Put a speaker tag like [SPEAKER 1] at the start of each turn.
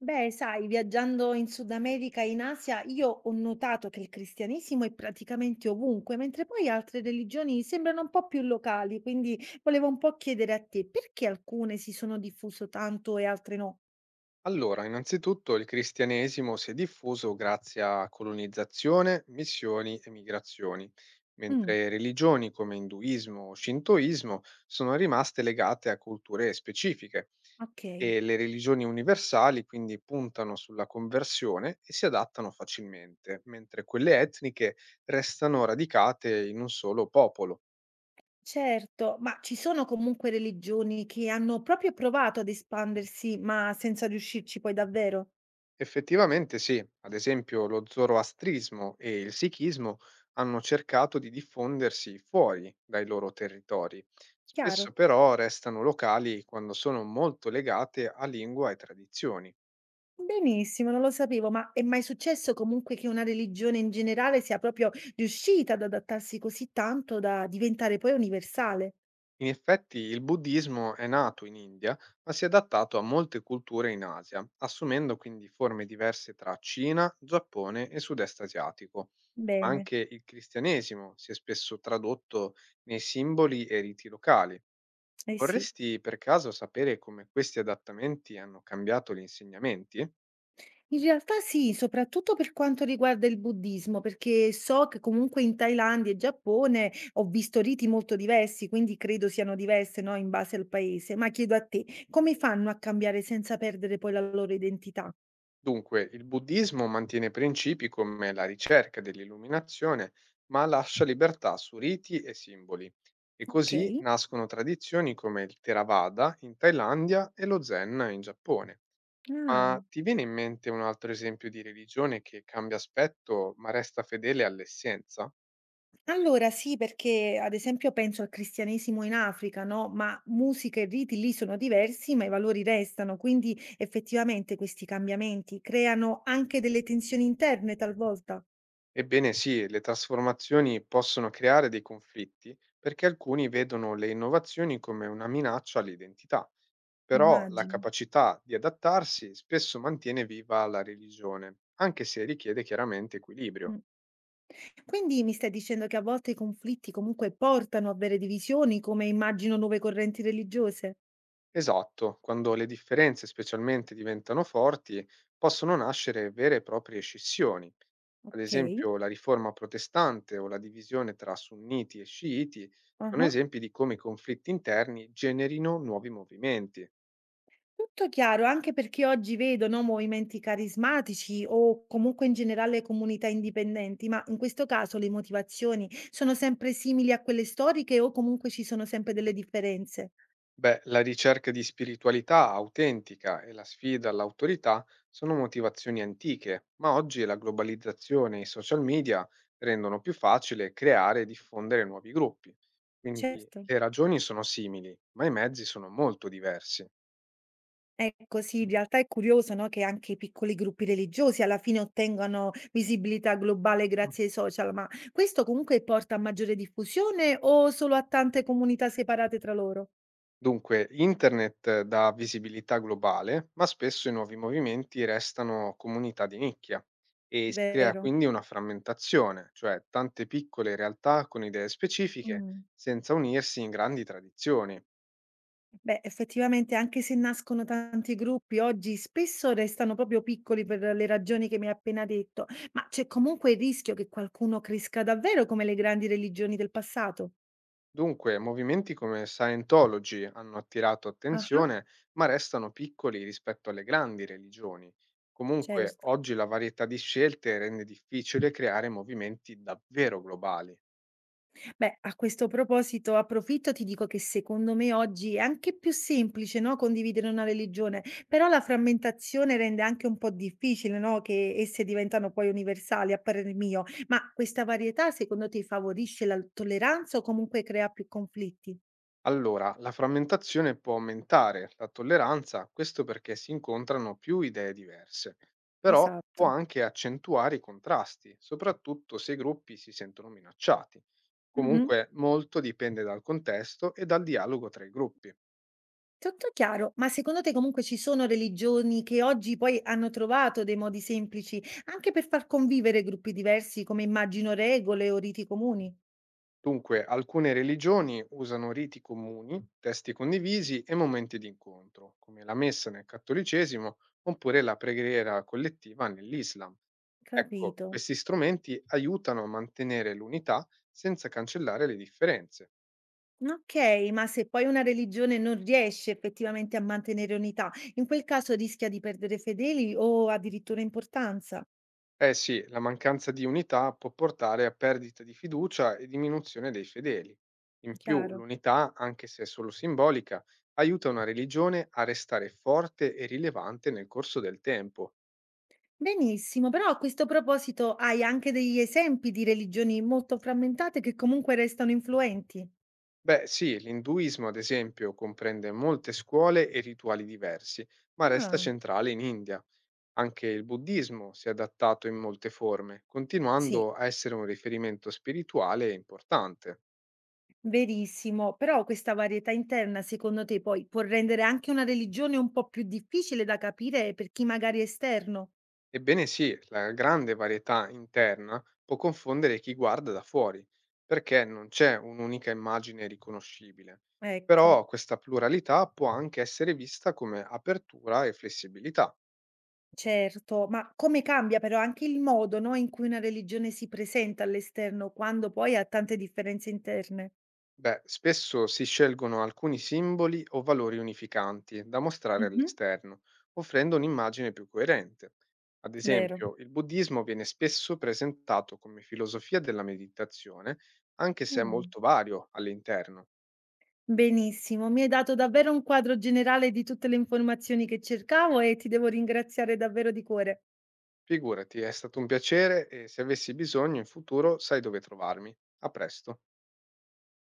[SPEAKER 1] Beh, sai, viaggiando in Sud America e in Asia, io ho notato che il cristianesimo è praticamente ovunque, mentre poi altre religioni sembrano un po' più locali, quindi volevo un po' chiedere a te perché alcune si sono diffuse tanto e altre no?
[SPEAKER 2] Allora, innanzitutto il cristianesimo si è diffuso grazie a colonizzazione, missioni e migrazioni,
[SPEAKER 1] Mm,
[SPEAKER 2] mentre religioni come induismo o shintoismo sono rimaste legate a culture specifiche
[SPEAKER 1] ok,
[SPEAKER 2] e le religioni universali quindi puntano sulla conversione e si adattano facilmente, mentre quelle etniche restano radicate in un solo popolo.
[SPEAKER 1] certo, ma ci sono comunque religioni che hanno proprio provato ad espandersi, ma senza riuscirci poi davvero?
[SPEAKER 2] Effettivamente sì, ad esempio lo zoroastrismo e il sikhismo hanno cercato di diffondersi fuori dai loro territori,
[SPEAKER 1] Chiaro?
[SPEAKER 2] spesso però restano locali quando sono molto legate a lingua e tradizioni.
[SPEAKER 1] Benissimo, non lo sapevo, ma è mai successo comunque che una religione in generale sia proprio riuscita ad adattarsi così tanto da diventare poi universale?
[SPEAKER 2] In effetti il buddismo è nato in India, ma si è adattato a molte culture in Asia, assumendo quindi forme diverse tra Cina, Giappone e sud-est asiatico.
[SPEAKER 1] Bene,
[SPEAKER 2] Anche il cristianesimo si è spesso tradotto nei simboli e riti locali.
[SPEAKER 1] eh sì.
[SPEAKER 2] Vorresti per caso sapere come questi adattamenti hanno cambiato gli insegnamenti?
[SPEAKER 1] In realtà sì, soprattutto per quanto riguarda il buddismo, perché so che comunque in Thailandia e Giappone ho visto riti molto diversi, quindi credo siano diverse, no, in base al paese. Ma chiedo a te, come fanno a cambiare senza perdere poi la loro identità?
[SPEAKER 2] Dunque, il buddismo mantiene principi come la ricerca dell'illuminazione, ma lascia libertà su riti e simboli. E
[SPEAKER 1] Ok.
[SPEAKER 2] così nascono tradizioni come il Theravada in Thailandia e lo Zen in Giappone.
[SPEAKER 1] Ah.
[SPEAKER 2] Ma ti viene in mente un altro esempio di religione che cambia aspetto ma resta fedele all'essenza?
[SPEAKER 1] Allora sì, perché ad esempio penso al cristianesimo in Africa, no, ma musica e riti lì sono diversi, ma i valori restano, quindi effettivamente questi cambiamenti creano anche delle tensioni interne talvolta,
[SPEAKER 2] Ebbene sì, le trasformazioni possono creare dei conflitti perché alcuni vedono le innovazioni come una minaccia all'identità, però la
[SPEAKER 1] immagino.
[SPEAKER 2] capacità di adattarsi spesso mantiene viva la religione, anche se richiede chiaramente equilibrio.
[SPEAKER 1] Mm. Quindi mi stai dicendo che a volte i conflitti comunque portano a vere divisioni, come immagino nuove correnti religiose?
[SPEAKER 2] Esatto, quando le differenze specialmente diventano forti, possono nascere vere e proprie scissioni. Ad
[SPEAKER 1] Ok.
[SPEAKER 2] esempio, la riforma protestante o la divisione tra sunniti e sciiti sono
[SPEAKER 1] Ah.
[SPEAKER 2] esempi di come i conflitti interni generino nuovi movimenti.
[SPEAKER 1] Tutto chiaro, anche perché oggi vedo, no, movimenti carismatici o comunque in generale comunità indipendenti, ma in questo caso le motivazioni sono sempre simili a quelle storiche o comunque ci sono sempre delle differenze?
[SPEAKER 2] Beh, la ricerca di spiritualità autentica e la sfida all'autorità sono motivazioni antiche, ma oggi la globalizzazione e i social media rendono più facile creare e diffondere nuovi gruppi. Quindi
[SPEAKER 1] Certo.
[SPEAKER 2] le ragioni sono simili, ma i mezzi sono molto diversi.
[SPEAKER 1] Ecco, sì, in realtà è curioso, no, che anche i piccoli gruppi religiosi alla fine ottengano visibilità globale grazie ai social, ma questo comunque porta a maggiore diffusione o solo a tante comunità separate tra loro?
[SPEAKER 2] Dunque, internet dà visibilità globale, ma spesso i nuovi movimenti restano comunità di nicchia e si crea
[SPEAKER 1] Vero.
[SPEAKER 2] quindi una frammentazione, cioè tante piccole realtà con idee specifiche
[SPEAKER 1] Mm.
[SPEAKER 2] senza unirsi in grandi tradizioni.
[SPEAKER 1] Beh, effettivamente anche se nascono tanti gruppi, oggi spesso restano proprio piccoli per le ragioni che mi hai appena detto, ma c'è comunque il rischio che qualcuno cresca davvero come le grandi religioni del passato?
[SPEAKER 2] Dunque, movimenti come Scientology hanno attirato
[SPEAKER 1] Ah,
[SPEAKER 2] attenzione, ma restano piccoli rispetto alle grandi religioni. Comunque,
[SPEAKER 1] certo.
[SPEAKER 2] oggi la varietà di scelte rende difficile creare movimenti davvero globali.
[SPEAKER 1] Beh, a questo proposito approfitto, ti dico che secondo me oggi è anche più semplice, no, condividere una religione, però la frammentazione rende anche un po' difficile, no, che esse diventano poi universali, a parer mio. Ma questa varietà secondo te favorisce la tolleranza o comunque crea più conflitti?
[SPEAKER 2] Allora, la frammentazione può aumentare la tolleranza, questo perché si incontrano più idee diverse, però può
[SPEAKER 1] Esatto.
[SPEAKER 2] anche accentuare i contrasti, soprattutto se i gruppi si sentono minacciati.
[SPEAKER 1] Mhm.
[SPEAKER 2] Comunque, molto dipende dal contesto e dal dialogo tra i gruppi.
[SPEAKER 1] Tutto chiaro, ma secondo te comunque ci sono religioni che oggi poi hanno trovato dei modi semplici anche per far convivere gruppi diversi come immagino regole o riti comuni?
[SPEAKER 2] Dunque, alcune religioni usano riti comuni, testi condivisi e momenti di incontro, come la messa nel cattolicesimo oppure la preghiera collettiva nell'Islam. Ecco,
[SPEAKER 1] Capito.
[SPEAKER 2] questi strumenti aiutano a mantenere l'unità senza cancellare le differenze.
[SPEAKER 1] Okay, ma se poi una religione non riesce effettivamente a mantenere unità, in quel caso rischia di perdere fedeli o addirittura importanza.
[SPEAKER 2] Eh sì, la mancanza di unità può portare a perdita di fiducia e diminuzione dei fedeli. In più,
[SPEAKER 1] Chiaro.
[SPEAKER 2] l'unità, anche se solo simbolica, aiuta una religione a restare forte e rilevante nel corso del tempo.
[SPEAKER 1] Benissimo, però a questo proposito hai anche degli esempi di religioni molto frammentate che comunque restano influenti?
[SPEAKER 2] Beh, sì, l'induismo, ad esempio, comprende molte scuole e rituali diversi, ma resta
[SPEAKER 1] Ah,
[SPEAKER 2] centrale in India. Anche il buddismo si è adattato in molte forme,
[SPEAKER 1] sì,
[SPEAKER 2] continuando a essere un riferimento spirituale importante.
[SPEAKER 1] verissimo. Però questa varietà interna, secondo te, poi può rendere anche una religione un po' più difficile da capire per chi magari è esterno?
[SPEAKER 2] Ebbene sì, la grande varietà interna può confondere chi guarda da fuori, perché non c'è un'unica immagine riconoscibile.
[SPEAKER 1] Ecco.
[SPEAKER 2] Però questa pluralità può anche essere vista come apertura e flessibilità.
[SPEAKER 1] Certo, ma come cambia però anche il modo, no, in cui una religione si presenta all'esterno quando poi ha tante differenze interne.
[SPEAKER 2] Beh, spesso si scelgono alcuni simboli o valori unificanti da mostrare
[SPEAKER 1] Mh-mh,
[SPEAKER 2] all'esterno, offrendo un'immagine più coerente. Ad
[SPEAKER 1] vero.
[SPEAKER 2] esempio, il buddismo viene spesso presentato come filosofia della meditazione, anche se è
[SPEAKER 1] Mh.
[SPEAKER 2] molto vario all'interno.
[SPEAKER 1] Benissimo, mi hai dato davvero un quadro generale di tutte le informazioni che cercavo e ti devo ringraziare davvero di cuore.
[SPEAKER 2] Figurati, è stato un piacere e se avessi bisogno in futuro sai dove trovarmi. A presto.